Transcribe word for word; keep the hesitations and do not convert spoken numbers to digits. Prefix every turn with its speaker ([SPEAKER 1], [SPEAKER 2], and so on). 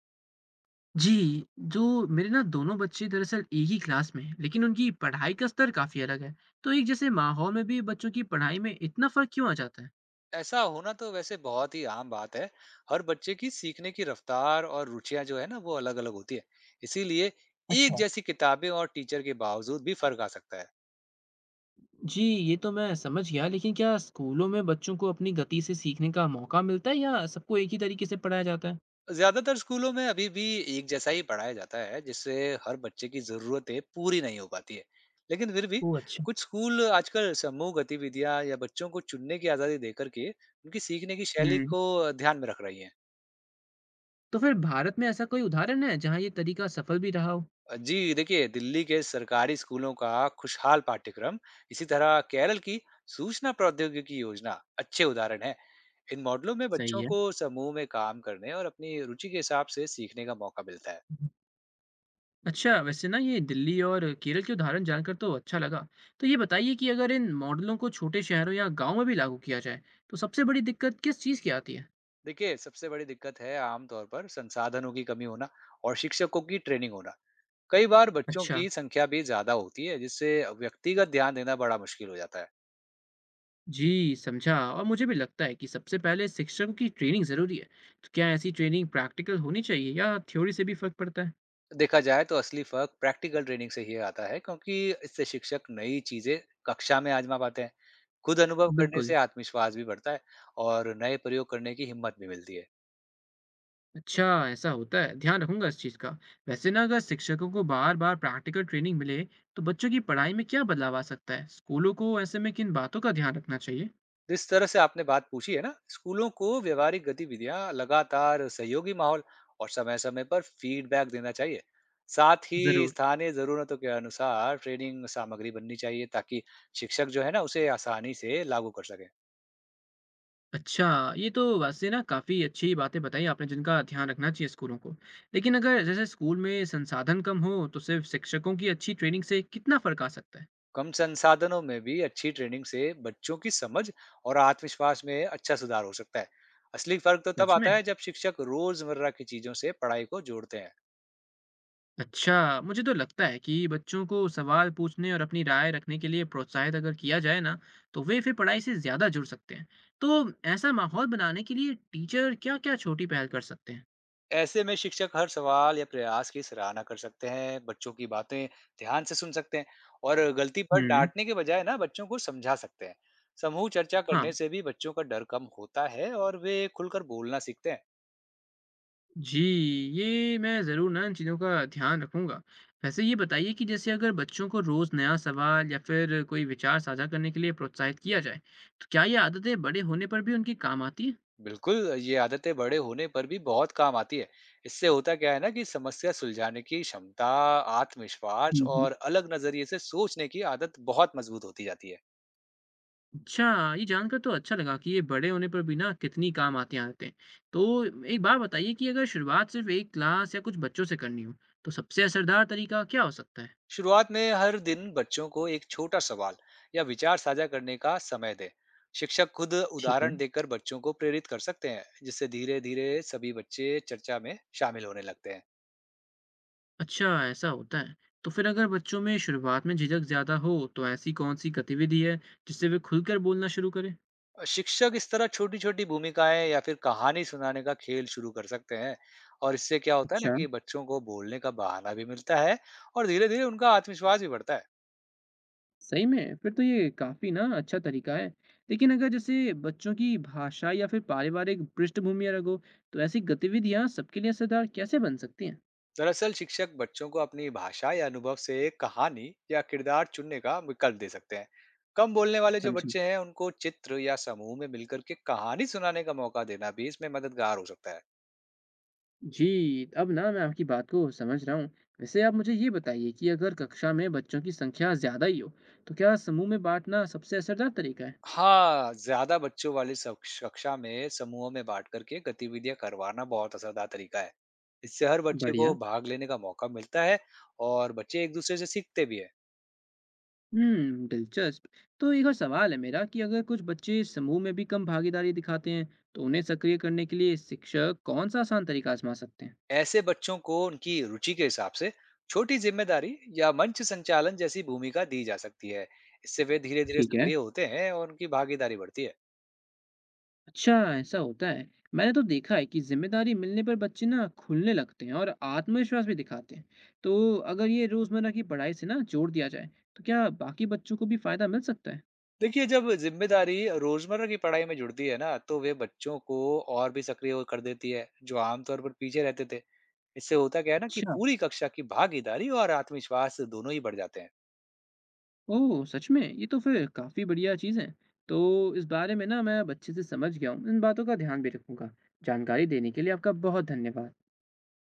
[SPEAKER 1] जी, जो मेरे ना दोनों बच्चे दरअसल एक ही क्लास में हैं, लेकिन उनकी पढ़ाई का स्तर काफ़ी अलग है। तो एक जैसे माहौल में भी बच्चों की पढ़ाई में इतना फ़र्क क्यों आ जाता है?
[SPEAKER 2] ऐसा होना तो वैसे बहुत ही आम बात है। हर बच्चे की सीखने की रफ्तार और रुचियाँ जो है ना वो अलग-अलग होती है। इसीलिए एक
[SPEAKER 1] अच्छा।
[SPEAKER 2] जैसी किताबें और टीचर के बावजूद भी फ़र्क आ सकता है।
[SPEAKER 1] जी, ये तो मैं समझ गया, लेकिन क्या स्कूलों में बच्चों को अपनी गति से सीखने का मौका मिलता है या सबको एक ही तरीके से पढ़ाया जाता है?
[SPEAKER 2] ज़्यादातर स्कूलों में अभी भी एक जैसा ही पढ़ाया जाता है जिससे हर बच्चे की ज़रूरतें पूरी नहीं हो पाती है। लेकिन फिर भी
[SPEAKER 1] वो अच्छा।
[SPEAKER 2] कुछ स्कूल आजकल समूह गतिविधियाँ या बच्चों को चुनने की आज़ादी देकर के उनकी सीखने की शैली
[SPEAKER 1] हम्म,
[SPEAKER 2] को ध्यान में रख रही हैं।
[SPEAKER 1] तो फिर भारत में ऐसा कोई उदाहरण है जहाँ ये तरीका सफल भी रहा हो?
[SPEAKER 2] जी देखिए, दिल्ली के सरकारी स्कूलों का खुशहाल पाठ्यक्रम, इसी तरह केरल की सूचना प्रौद्योगिकी योजना अच्छे उदाहरण हैं। इन मॉडलों में
[SPEAKER 1] सही
[SPEAKER 2] बच्चों
[SPEAKER 1] है।
[SPEAKER 2] को समूह में काम करने और अपनी रुचि के हिसाब से सीखने का मौका मिलता है।
[SPEAKER 1] अच्छा, वैसे ना ये दिल्ली और केरल के उदाहरण जानकर तो अच्छा लगा। तो ये बताइए कि अगर इन मॉडलों को छोटे शहरों या गांव में भी लागू किया जाए, तो सबसे बड़ी दिक्कत किस चीज़ की आती है?
[SPEAKER 2] देखिए, सबसे बड़ी दिक्कत है आमतौर पर संसाधनों की कमी होना और शिक्षकों की ट्रेनिंग होना। कई बार बच्चों
[SPEAKER 1] अच्छा।
[SPEAKER 2] की संख्या भी ज्यादा होती है, जिससे व्यक्तिगत ध्यान देना बड़ा मुश्किल हो जाता है।
[SPEAKER 1] जी, समझा। और मुझे भी लगता है कि सबसे पहले शिक्षकों की ट्रेनिंग ज़रूरी है। तो क्या ऐसी ट्रेनिंग प्रैक्टिकल होनी चाहिए या थ्योरी से भी फर्क पड़ता है?
[SPEAKER 2] देखा जाए तो असली फर्क प्रैक्टिकल ट्रेनिंग से ही आता है, क्योंकि इससे शिक्षक नई चीजें कक्षा में आजमा पाते हैं। खुद अनुभव करने
[SPEAKER 1] बिल्कुल।
[SPEAKER 2] से आत्मविश्वास भी बढ़ता है और नए प्रयोग करने की हिम्मत भी मिलती है।
[SPEAKER 1] अच्छा, ऐसा होता है। ध्यान रखूंगा इस चीज़ का। वैसे ना अगर शिक्षकों को बार बार प्रैक्टिकल ट्रेनिंग मिले, तो बच्चों की पढ़ाई में क्या बदलाव आ सकता है? स्कूलों को ऐसे में किन बातों का ध्यान रखना चाहिए?
[SPEAKER 2] जिस तरह से आपने बात पूछी है ना, स्कूलों को व्यवहारिक गतिविधियां, लगातार सहयोगी माहौल और समय समय पर फीडबैक देना चाहिए। साथ ही
[SPEAKER 1] ज़रूर।
[SPEAKER 2] स्थानीय जरूरतों के अनुसार ट्रेनिंग सामग्री बननी चाहिए, ताकि शिक्षक जो है ना उसे आसानी से लागू कर सके।
[SPEAKER 1] अच्छा, ये तो वैसे ना काफ़ी अच्छी बातें बताई आपने, जिनका ध्यान रखना चाहिए स्कूलों को। लेकिन अगर जैसे स्कूल में संसाधन कम हो, तो सिर्फ शिक्षकों की अच्छी ट्रेनिंग से कितना फ़र्क आ सकता है?
[SPEAKER 2] कम संसाधनों में भी अच्छी ट्रेनिंग से बच्चों की समझ और आत्मविश्वास में अच्छा सुधार हो सकता है। असली फर्क तो तब
[SPEAKER 1] सच में?
[SPEAKER 2] आता है जब शिक्षक रोजमर्रा की चीजों से पढ़ाई को जोड़ते हैं।
[SPEAKER 1] अच्छा, मुझे तो लगता है कि बच्चों को सवाल पूछने और अपनी राय रखने के लिए प्रोत्साहित अगर किया जाए ना, तो वे फिर पढ़ाई से ज़्यादा जुड़ सकते हैं। तो ऐसा माहौल बनाने के लिए टीचर क्या-क्या छोटी पहल कर सकते हैं?
[SPEAKER 2] ऐसे में शिक्षक हर सवाल या प्रयास की सराहना कर सकते हैं, बच्चों की बातें ध्यान से सुन सकते हैं, और गलती पर
[SPEAKER 1] हम्म।
[SPEAKER 2] डांटने के बजाय ना बच्चों को समझा सकते हैं। समूह चर्चा करने
[SPEAKER 1] हाँ।
[SPEAKER 2] से भी बच्चों का डर कम होता है और वे खुलकर बोलना सीखते हैं।
[SPEAKER 1] जी, ये मैं ज़रूर ना इन चीज़ों का ध्यान रखूँगा। वैसे ये बताइए कि जैसे अगर बच्चों को रोज़ नया सवाल या फिर कोई विचार साझा करने के लिए प्रोत्साहित किया जाए, तो क्या ये आदतें बड़े होने पर भी उनके काम आती हैं?
[SPEAKER 2] बिल्कुल, ये आदतें बड़े होने पर भी बहुत काम आती है। इससे होता क्या है ना कि समस्या सुलझाने की क्षमता, आत्मविश्वास
[SPEAKER 1] हुँ, हुँ।
[SPEAKER 2] और अलग नज़रिए से सोचने की आदत बहुत मजबूत होती जाती है।
[SPEAKER 1] अच्छा, ये जानकर तो अच्छा लगा कि ये बड़े होने पर भी ना कितनी काम आती हैं आदतें। तो एक बात बताइए कि अगर शुरुआत सिर्फ़ एक क्लास या कुछ बच्चों से करनी हो, तो सबसे असरदार तरीका क्या हो सकता है?
[SPEAKER 2] शुरुआत में हर दिन बच्चों को एक छोटा सवाल या विचार साझा करने का समय दें। शिक्षक खुद
[SPEAKER 1] ठीक है।
[SPEAKER 2] उदाहरण देकर बच्चों को प्रेरित कर सकते हैं, जिससे धीरे-धीरे सभी बच्चे चर्चा में शामिल होने लगते हैं।
[SPEAKER 1] अच्छा, ऐसा होता है। तो फिर अगर बच्चों में शुरुआत में झिझक ज़्यादा हो, तो ऐसी कौन-सी गतिविधि है, जिससे वे खुलकर बोलना शुरू करें?
[SPEAKER 2] शिक्षक इस तरह छोटी-छोटी भूमिकाएँ या फिर कहानी सुनाने का खेल शुरू कर सकते हैं, और इससे क्या होता है ना
[SPEAKER 1] अच्छा।
[SPEAKER 2] कि बच्चों को बोलने का बहाना भी मिलता है और धीरे-धीरे उनका आत्मविश्वास भी बढ़ता है।
[SPEAKER 1] सही में फिर तो ये काफी ना अच्छा तरीका है। लेकिन अगर जैसे बच्चों की भाषा या फिर पारिवारिक पृष्ठभूमि अलग हो, तो ऐसी गतिविधियां सबके लिए असरदार कैसे बन सकती हैं?
[SPEAKER 2] दरअसल शिक्षक बच्चों को अपनी भाषा या अनुभव से एक कहानी या किरदार चुनने का विकल्प दे सकते हैं। कम बोलने वाले जो
[SPEAKER 1] समझे।
[SPEAKER 2] बच्चे हैं उनको चित्र या समूह में मिलकर के कहानी सुनाने का मौका देना भी इसमें मददगार हो सकता है।
[SPEAKER 1] जी, अब ना मैं आपकी बात को समझ रहा हूँ। वैसे आप मुझे ये बताइए कि अगर कक्षा में बच्चों की संख्या ज्यादा ही हो, तो क्या समूह में बांटना सबसे असरदार तरीका है?
[SPEAKER 2] हाँ, ज़्यादा बच्चों वाली सक्ष कक्षा में समूहों में बाँट करके गतिविधियाँ करवाना बहुत असरदार तरीका है। इससे हर बच्चे को
[SPEAKER 1] बढ़िया।
[SPEAKER 2] भाग लेने का मौका मिलता है और बच्चे एक-दूसरे से सीखते भी हैं।
[SPEAKER 1] हम्म, दिलचस्प। तो एक और सवाल है मेरा कि अगर कुछ बच्चे समूह में भी कम भागीदारी दिखाते हैं, तो उन्हें सक्रिय करने के लिए शिक्षक कौन सा आसान तरीका आजमा सकते हैं?
[SPEAKER 2] ऐसे बच्चों को उनकी रुचि के हिसाब से छोटी ज़िम्मेदारी या मंच संचालन जैसी भूमिका दी जा सकती है। इससे वे धीरे-धीरे
[SPEAKER 1] ठीक है।
[SPEAKER 2] सक्रिय होते हैं और उनकी भागीदारी बढ़ती है।
[SPEAKER 1] अच्छा, ऐसा होता है। मैंने तो देखा है कि जिम्मेदारी मिलने पर बच्चे ना खुलने लगते हैं और आत्मविश्वास भी दिखाते हैं। तो अगर ये रोजमर्रा की पढ़ाई से ना जोड़ दिया जाए, तो क्या बाकी बच्चों को भी फायदा मिल सकता है?
[SPEAKER 2] देखिए, जब ज़िम्मेदारी रोज़मर्रा की पढ़ाई में जुड़ती है ना, तो वे बच्चों को और भी सक्रिय हो कर देती है, जो आमतौर पर पीछे रहते थे। इससे होता क्या है ना कि
[SPEAKER 1] अच्छा।
[SPEAKER 2] पूरी कक्षा की भागीदारी और आत्मविश्वास दोनों ही बढ़ जाते हैं।
[SPEAKER 1] ओह! सच में? ये तो फिर काफ़ी बढ़िया चीज़ है। तो इस बारे में ना मैं अब अच्छे से समझ गया हूँ। इन बातों का ध्यान भी रखूँगा। जानकारी देने के लिए आपका बहुत धन्यवाद।